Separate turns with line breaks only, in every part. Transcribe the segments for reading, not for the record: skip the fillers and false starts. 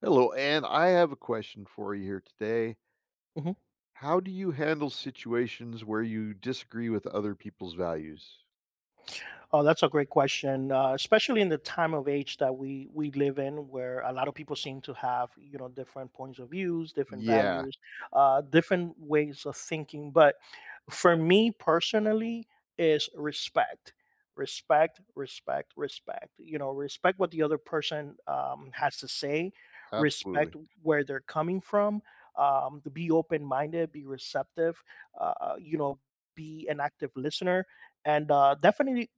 Hello, and I have a question for you here today.
Hı hı.
How do you handle situations where you disagree with other people's values?
Oh, that's a great question, especially in the time of age that we live in, where a lot of people seem to have different points of views, different
Yeah,
values, different ways of thinking. But for me personally, is respect, respect, respect, respect. You know, respect what the other person has to say,
absolutely.
respect where they're coming from. To be open minded, be receptive. Uh, you know, be an active listener, and definitely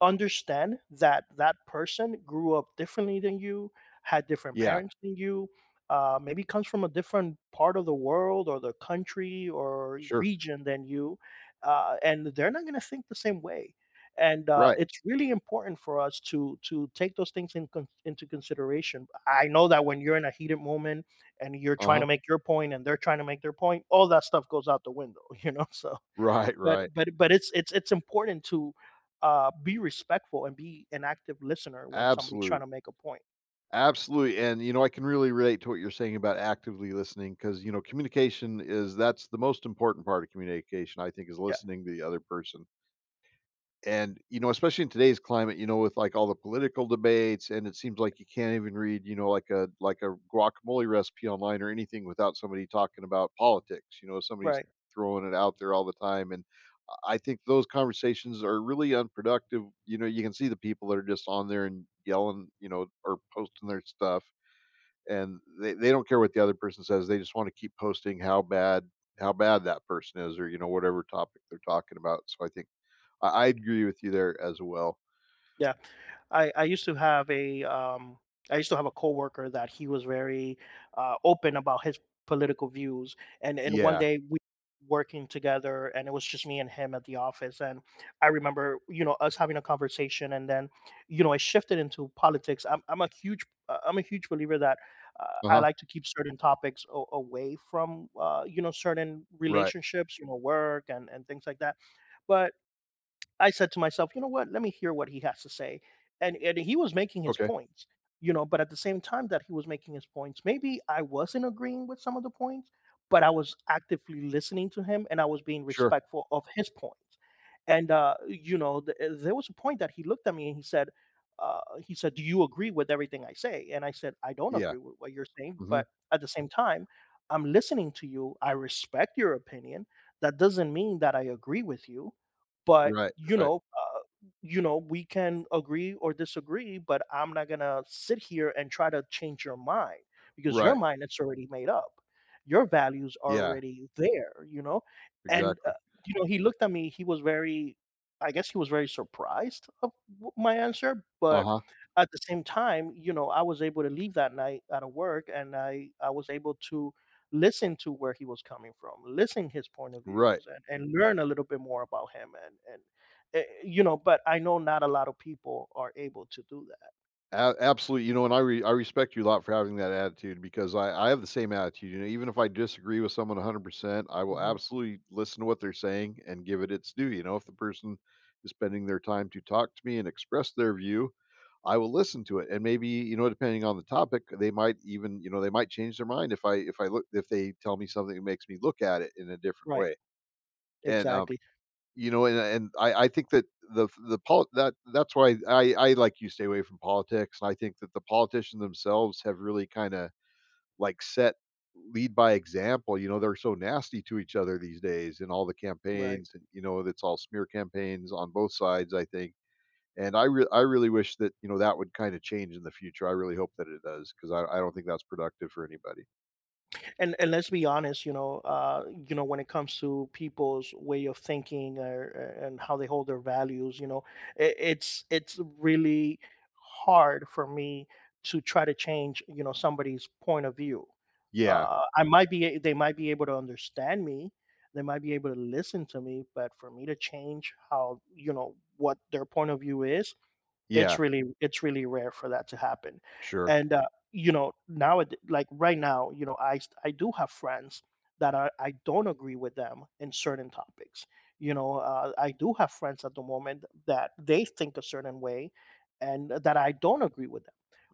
understand that that person grew up differently than you, had different
Yeah,
parents than you, maybe comes from a different part of the world or the country or
sure.
region than you, and they're not going to think the same way. And
Right.
it's really important for us to take those things into consideration. I know that when you're in a heated moment and you're
Uh
trying
huh.
to make your point and they're trying to make their point, all that stuff goes out the window, you know. So
Right,
but
right.
but but it's important to, be respectful and be an active listener when somebody's trying
Absolutely.
to make a point.
Absolutely. And, you know, I can really relate to what you're saying about actively listening because, you know, communication is that's the most important part of communication, I think, is
Yeah,
listening to the other person. And, you know, especially in today's climate, you know, with like all the political debates, and it seems like you can't even read, you know, like a guacamole recipe online or anything without somebody talking about politics, you know, somebody's
right.
throwing it out there all the time, and I think those conversations are really unproductive. You know, you can see the people that are just on there and yelling, you know, or posting their stuff, and they don't care what the other person says. They just want to keep posting how bad that person is, or you know, whatever topic they're talking about. So I think I agree with you there as well.
Yeah. I used to have a I used to have a coworker that he was very open about his political views, and and one
Yeah.
day we working together, and it was just me and him at the office. And I remember, you know, us having a conversation, and then, you know, I shifted into politics. I'm a huge I'm a huge believer that I
Uh-huh.
like to keep certain topics away from you know, certain
Right.
relationships, you know, work and things like that. But I said to myself, you know what? Let me hear what he has to say. And he was making his
Okay.
points, you know, but at the same time that he was making his points, maybe I wasn't agreeing with some of the points, but I was actively listening to him and I was being
Sure.
respectful of his points. And there was a point that he looked at me and he said, "Do you agree with everything I say?" And I said, "I don't
Yeah.
agree with what you're saying,
Mhm.
but at the same time, I'm listening to you. I respect your opinion. That doesn't mean that I agree with you, but,
Right, right,
we can agree or disagree, but I'm not gonna sit here and try to change your mind, because your
right.
mind it's already made up. Your values are
Yeah,
already there, you know?" And,
exactly.
you know, he looked at me. He was very, I guess he was very surprised of w my answer, but
Uh-huh.
at the same time, you know, I was able to leave that night out of work, and I was able to listen to where he was coming from, listen his point of
Right.
views, and learn a little bit more about him. You know, but I know not a lot of people are able to do that.
A absolutely, you know, and I respect you a lot for having that attitude because I have the same attitude, you know, even if I disagree with someone 100%, I will
Mhm.
absolutely listen to what they're saying and give it its due, you know, if the person is spending their time to talk to me and express their view, I will listen to it, and maybe, you know, depending on the topic, they might even, you know, they might change their mind if I look if they tell me something that makes me look at it in a different
Right.
way, and,
Exactly.
you know, and I think that the pol that that's why I like you stay away from politics, and I think that the politicians themselves have really kinda, like, set lead by example, you know, they're so nasty to each other these days in all the
Right.
campaigns and, you know, it's all smear campaigns on both sides, I think, and I really wish that, you know, that would kinda change in the future. I really hope that it does, because I don't think that's productive for anybody.
And let's be honest, you know, you know, when it comes to people's way of thinking or, and how they hold their values, you know, it's really hard for me to try to change, you know, somebody's point of view.
Yeah,
I might be they might be able to understand me, they might be able to listen to me, but for me to change how, you know, what their point of view is,
yeah,
it's really rare for that to happen.
sure,
And, you know, now, like, right now, you know, I do have friends that I don't agree with them in certain topics. You know, I do have friends at the moment that they think a certain way and that I don't agree with,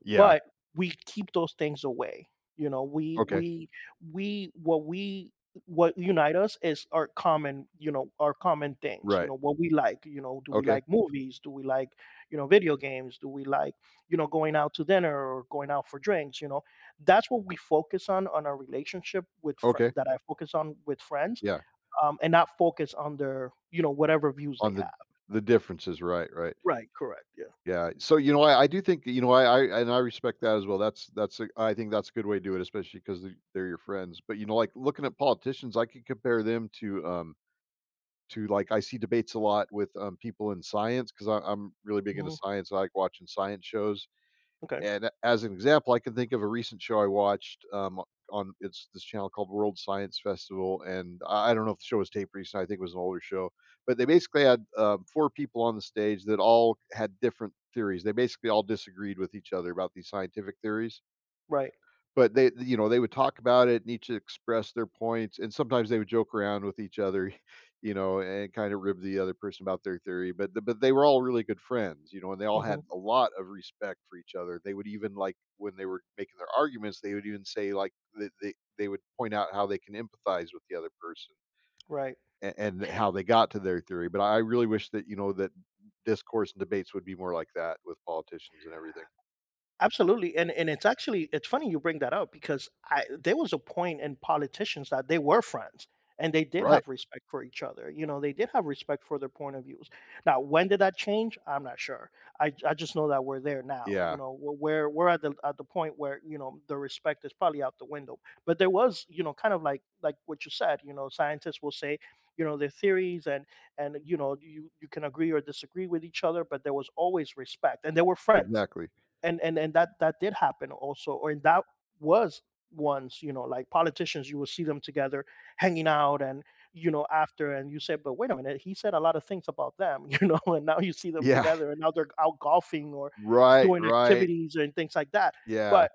yeah,
but we keep those things away. You know,
okay,
we what unite us is our common, you know, our common things, you
right,
know, what we like. You know, do we
okay,
like movies? Do we like, you know, video games? Do we like, you know, going out to dinner or going out for drinks, you know? That's what we focus on our relationship with fr
okay,
that I focus on with friends,
yeah.
and not focus on their, you know, whatever views they
On the
have.
the differences, right, right.
Right, correct, yeah.
Yeah, so, you know, I do think that, you know, I and I respect that as well. That's a I think that's a good way to do it, especially because they're your friends. But, you know, like, looking at politicians, I could compare them to, like I see debates a lot with, people in science, because I'm really big into
Mhm,
science. I like watching science shows.
okay,
And as an example, I can think of a recent show I watched, on it's this channel called World Science Festival, and I don't know if the show was taped recent. I think it was an older show, but they basically had, four people on the stage that all had different theories. They basically all disagreed with each other about these scientific theories,
right,
but they, you know, they would talk about it and each express their points, and sometimes they would joke around with each other, you know, and kind of rib the other person about their theory, but they were all really good friends, you know, and they all had
mhm,
a lot of respect for each other. They would even, like, when they were making their arguments, they would even say, like, they would point out how they can empathize with the other person
right.
and how they got to their theory. But I really wish that, you know, that discourse and debates would be more like that with politicians and everything.
Absolutely, and it's funny you bring that up, because I, there was a point in politicians that they were friends, and they did
Right.
have respect for each other. You know, they did have respect for their point of views. Now, when did that change? I'm not sure. I just know that we're there now. You
Yeah,
know, we're at the point where, you know, the respect is probably out the window. But there was, you know, kind of like what you said. You know, scientists will say, you know, their theories, and you you can agree or disagree with each other, but there was always respect and they were friends.
exactly.
And that That did happen also. Or and that was Once, you know, like, politicians, you will see them together hanging out, and you know, after, and you said, but wait a minute, he said a lot of things about them, you know, and now you see them
Yeah.
together and now they're out golfing or
Right,
doing
right.
activities and things like that.
Yeah.
But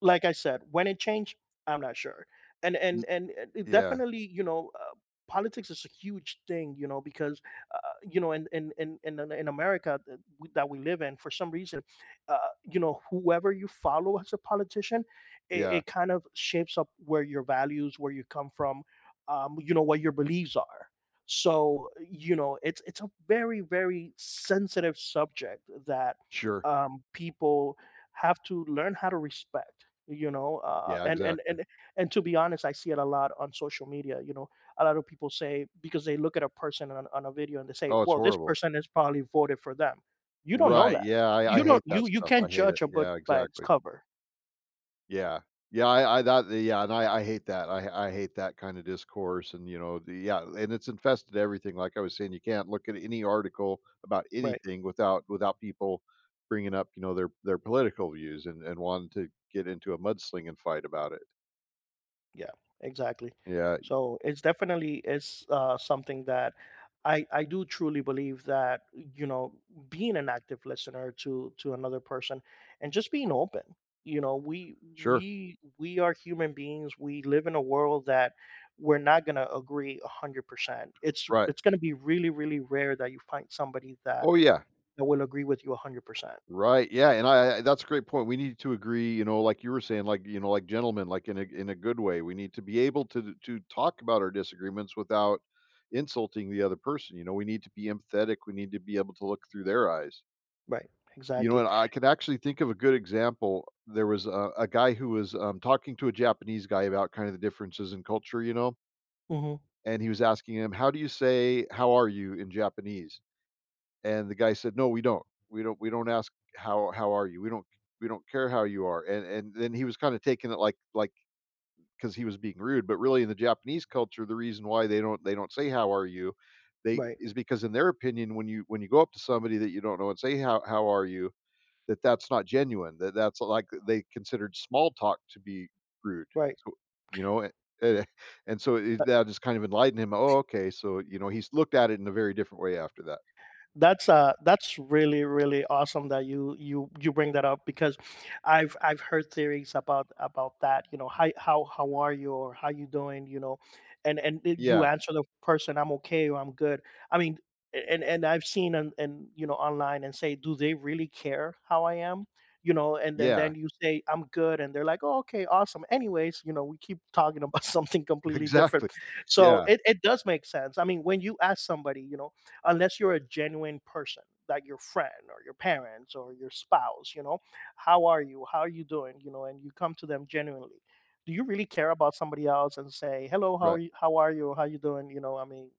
like I said, when it changed, I'm not sure.
Y
And It
yeah,
definitely, you know, politics is a huge thing, you know, because, uh, you know, in America that we live in, for some reason, uh, you know, whoever you follow as a politician,
yeah.
it kind of shapes up where your values, where you come from, you know, what your beliefs are. So you know, it's a very very sensitive subject that
Sure.
people have to learn how to respect, you know,
Yeah, exactly.
and to be honest, I see it a lot on social media. You know, a lot of people say, because they look at a person on a video, and they say,
Oh, it's
well, this
horrible.
person is probably voted for them. You don't know
Right,
that.
yeah, I
You don't
hate
you
that
you
stuff. I
can't
hate it.
judge a book
Yeah,
by its
exactly.
cover.
Yeah. Yeah, and I hate that. I hate that kinda discourse, and, you know, the yeah, and it's infested everything, like I was saying, you can't look at any article about
Right.
anything without people bringing up, you know, their political views, and wanting to get into a mudslinging fight about it.
Yeah, exactly.
Yeah,
So it's definitely is something that I do truly believe that, you know, being an active listener to another person and just being open. You know, we
sure.
we we are human beings. We live in a world that we're not going to agree 100%.
Right.
It's going to be really really rare that you find somebody that
Oh, yeah.
that will agree with you 100%.
Right, yeah, and I that's a great point. We need to agree, you know, like you were saying, like, you know, like gentlemen, like in a, in a good way. We need to be able to talk about our disagreements without insulting the other person. You know, we need to be empathetic. We need to be able to look through their eyes.
Right.
You know,
Exactly.
and I could actually think of a good example. There was a guy who was, talking to a Japanese guy about kind of the differences in culture, you know,
Mhm.
and he was asking him, "How do you say how are you in Japanese?" And the guy said, "No, we don't. We don't ask how are you? We don't care how you are." And then he was kind of taking it like because he was being rude, but really in the Japanese culture, the reason why they don't say how are you, they
Right.
is because in their opinion, when you go up to somebody that you don't know and say how are you, that's not genuine. That's like, they considered small talk to be rude.
Right.
So, you know, a- and so that just kind of enlightened him. Oh, okay, so you know, he's looked at it in a very different way after that.
That's that's really really awesome that you bring that up, because I've heard theories about that, you know, how how are you, or how you doing, you know? And you
Yeah,
answer the person, I'm okay, or I'm good, I mean, a- and I've seen and, you know, online, and say, do they really care how I am, you know? And
yeah.
then you say, I'm good, and they're like, oh, okay, awesome, anyways, you know, we keep talking about something completely different.
Exactly.
So
Yeah,
it does make sense. I mean, when you ask somebody, you know, unless you're a genuine person, like your friend or your parents or your spouse, you know, how are you, how are you doing, you know, and you come to them genuinely, do you really care about somebody else and say hello, how are
right.
you, how are you, how you doing, you know, I mean,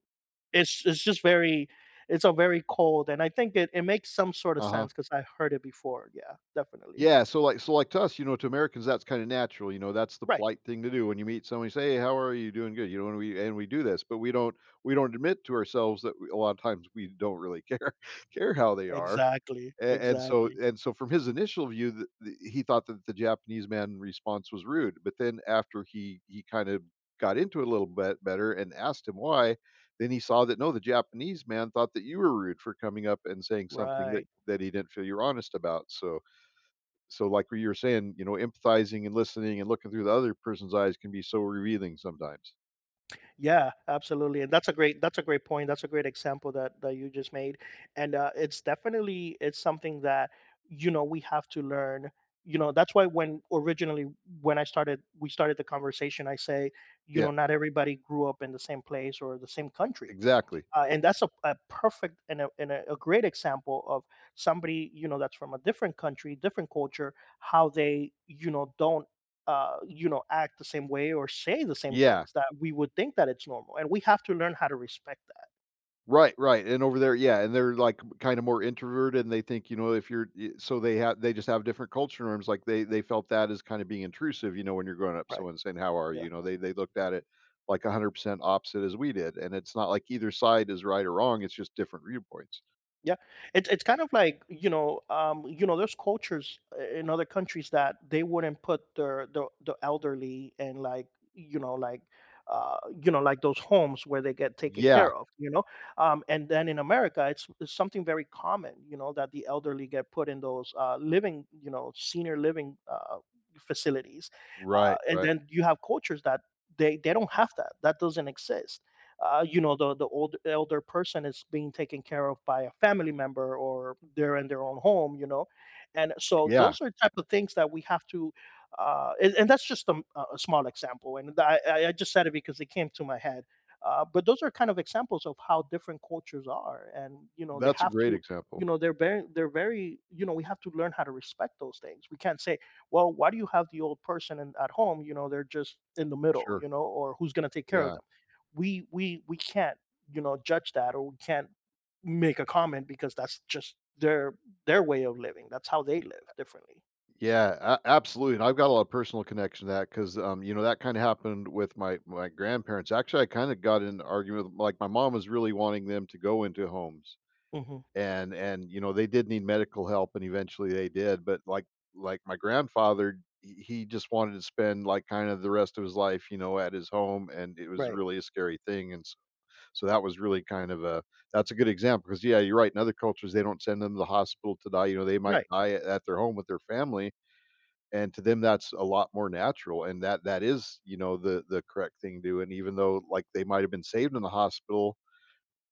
it's just very, it's a very cold, and I think it makes some sort of
Uh-huh.
sense because I heard it before. Yeah, definitely.
Yeah, so, like, so, like, to us, you know, to Americans, that's kinda natural, you know, that's the
Right.
polite thing to do when you meet somebody, say, "Hey, how are you? Doing good," you know, and we, and we do this, but we don't, we don't admit to ourselves that we, a lot of times, we don't really care, care how they are.
Exactly,
A
exactly,
and so from his initial view, the he thought that the Japanese man response was rude, but then after he kind of got into it a little bit better and asked him why, then he saw that, no, the Japanese man thought that you were rude for coming up and saying something that
right.
he didn't feel you're honest about. So like what you were saying, you know, empathizing and listening and looking through the other person's eyes can be so revealing sometimes.
Yeah, absolutely, and that's a great, that's a great point. That's a great example that that you just made, and it's definitely it's something that, you know, we have to learn. You know, that's why when originally, when I started we started the conversation, I say, you know,
Yeah,
not everybody grew up in the same place or the same country,
exactly.
and that's a perfect, and a great example of somebody, you know, that's from a different country, different culture. How they, you know, don't you know, act the same way or say the same
Yeah.
things that we would think that it's normal, and we have to learn how to respect that.
Right, right, and over there, yeah, and they're, like, kinda more introverted, and they think, you know, if you're y so they just have different culture norms, like, they felt that as kinda being intrusive, you know, when you're growing up,
Right.
someone saying, "How are you?"
Yeah.
You know, they looked at it, like, 100% opposite as we did, and it's not like either side is right or wrong, it's just different viewpoints.
Yeah, it's kind of like, you know, there's cultures in other countries that they wouldn't put the elderly and like, you know, like, uh you know, like those homes where they get taken
Yeah,
care of, you know, and then in America, it's something very common, you know, that the elderly get put in those living, you know, senior living, facilities.
right,
And
right.
then you have cultures that they don't have that, that doesn't exist. You know, the old elder person is being taken care of by a family member or they're in their own home, you know. And so
Yeah,
those are type of things that we have to, and that's just a small example, and I just said it because it came to my head. But those are kind of examples of how different cultures are, and you know, they
that's a
have
great
to, you
example.
know, they're very, they're very, you know, we have to learn how to respect those things. We can't say, well, why do you have the old person at home, you know, they're just in the middle, you
Sure,
know, or who's going to take care of
yeah.
them. We can't, you know, judge that, or we can't make a comment, because that's just their way of living. That's how they live differently.
Yeah, a absolutely, and I've got a lot of personal connection to that because, you know, that kinda happened with my grandparents. Actually, I kinda got in an argument with, like, my mom was really wanting them to go into homes,
Hmm,
and you know, they did need medical help, and eventually they did, but, like, my grandfather, he just wanted to spend, like, kinda the rest of his life, you know, at his home, and it was
right,
really a scary thing, and s so that was really kind of a, that's a good example because yeah, you're right, in other cultures, they don't send them to the hospital to die, you know, they might
right.
die at their home with their family, and to them that's a lot more natural, and that is, you know, the correct thing to do. And even though, like, they might have been saved in the hospital,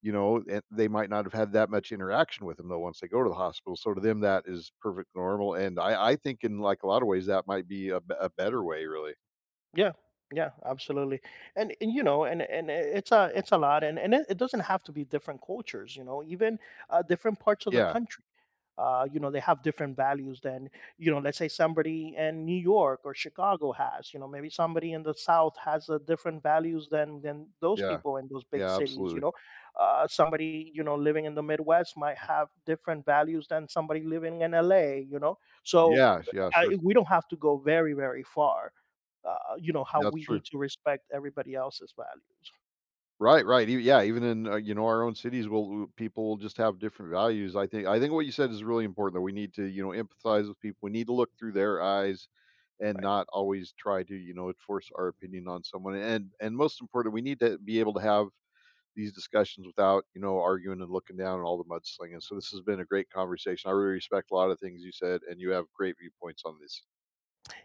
you know, and they might not have had that much interaction with them though once they go to the hospital, so to them that is perfect normal. And I think, in like a lot of ways, that might be a better way, really.
Yeah, yeah, absolutely. And you know, it's a lot, and it doesn't have to be different cultures, you know, even different parts of the
Yeah.
country. You know, they have different values than, you know, let's say, somebody in New York or Chicago has, you know, maybe somebody in the South has a different values than those
Yeah,
people in those big
yeah,
cities, you
absolutely.
know. Somebody, you know, living in the Midwest might have different values than somebody living in LA, you know. So
Yeah, yeah, sure.
I, we don't have to go very very far, you know, how
That's
we
true.
need to respect everybody else's values.
Right, right. E yeah, even in, you know, our own cities, we'll people will just have different values. I think what you said is really important, that we need to, you know, empathize with people. We need to look through their eyes and
Right.
not always try to, you know, enforce our opinion on someone. And most important, we need to be able to have these discussions without, you know, arguing and looking down and all the mudslinging. So this has been a great conversation. I really respect a lot of things you said, and you have great viewpoints on this.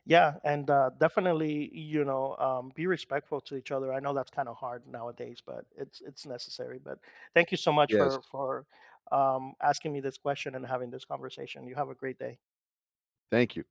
Yeah, and definitely, you know, be respectful to each other. I know that's kind of hard nowadays, but it's necessary. But thank you so much
Yes.
for asking me this question and having this conversation. You have a great day.
Thank you.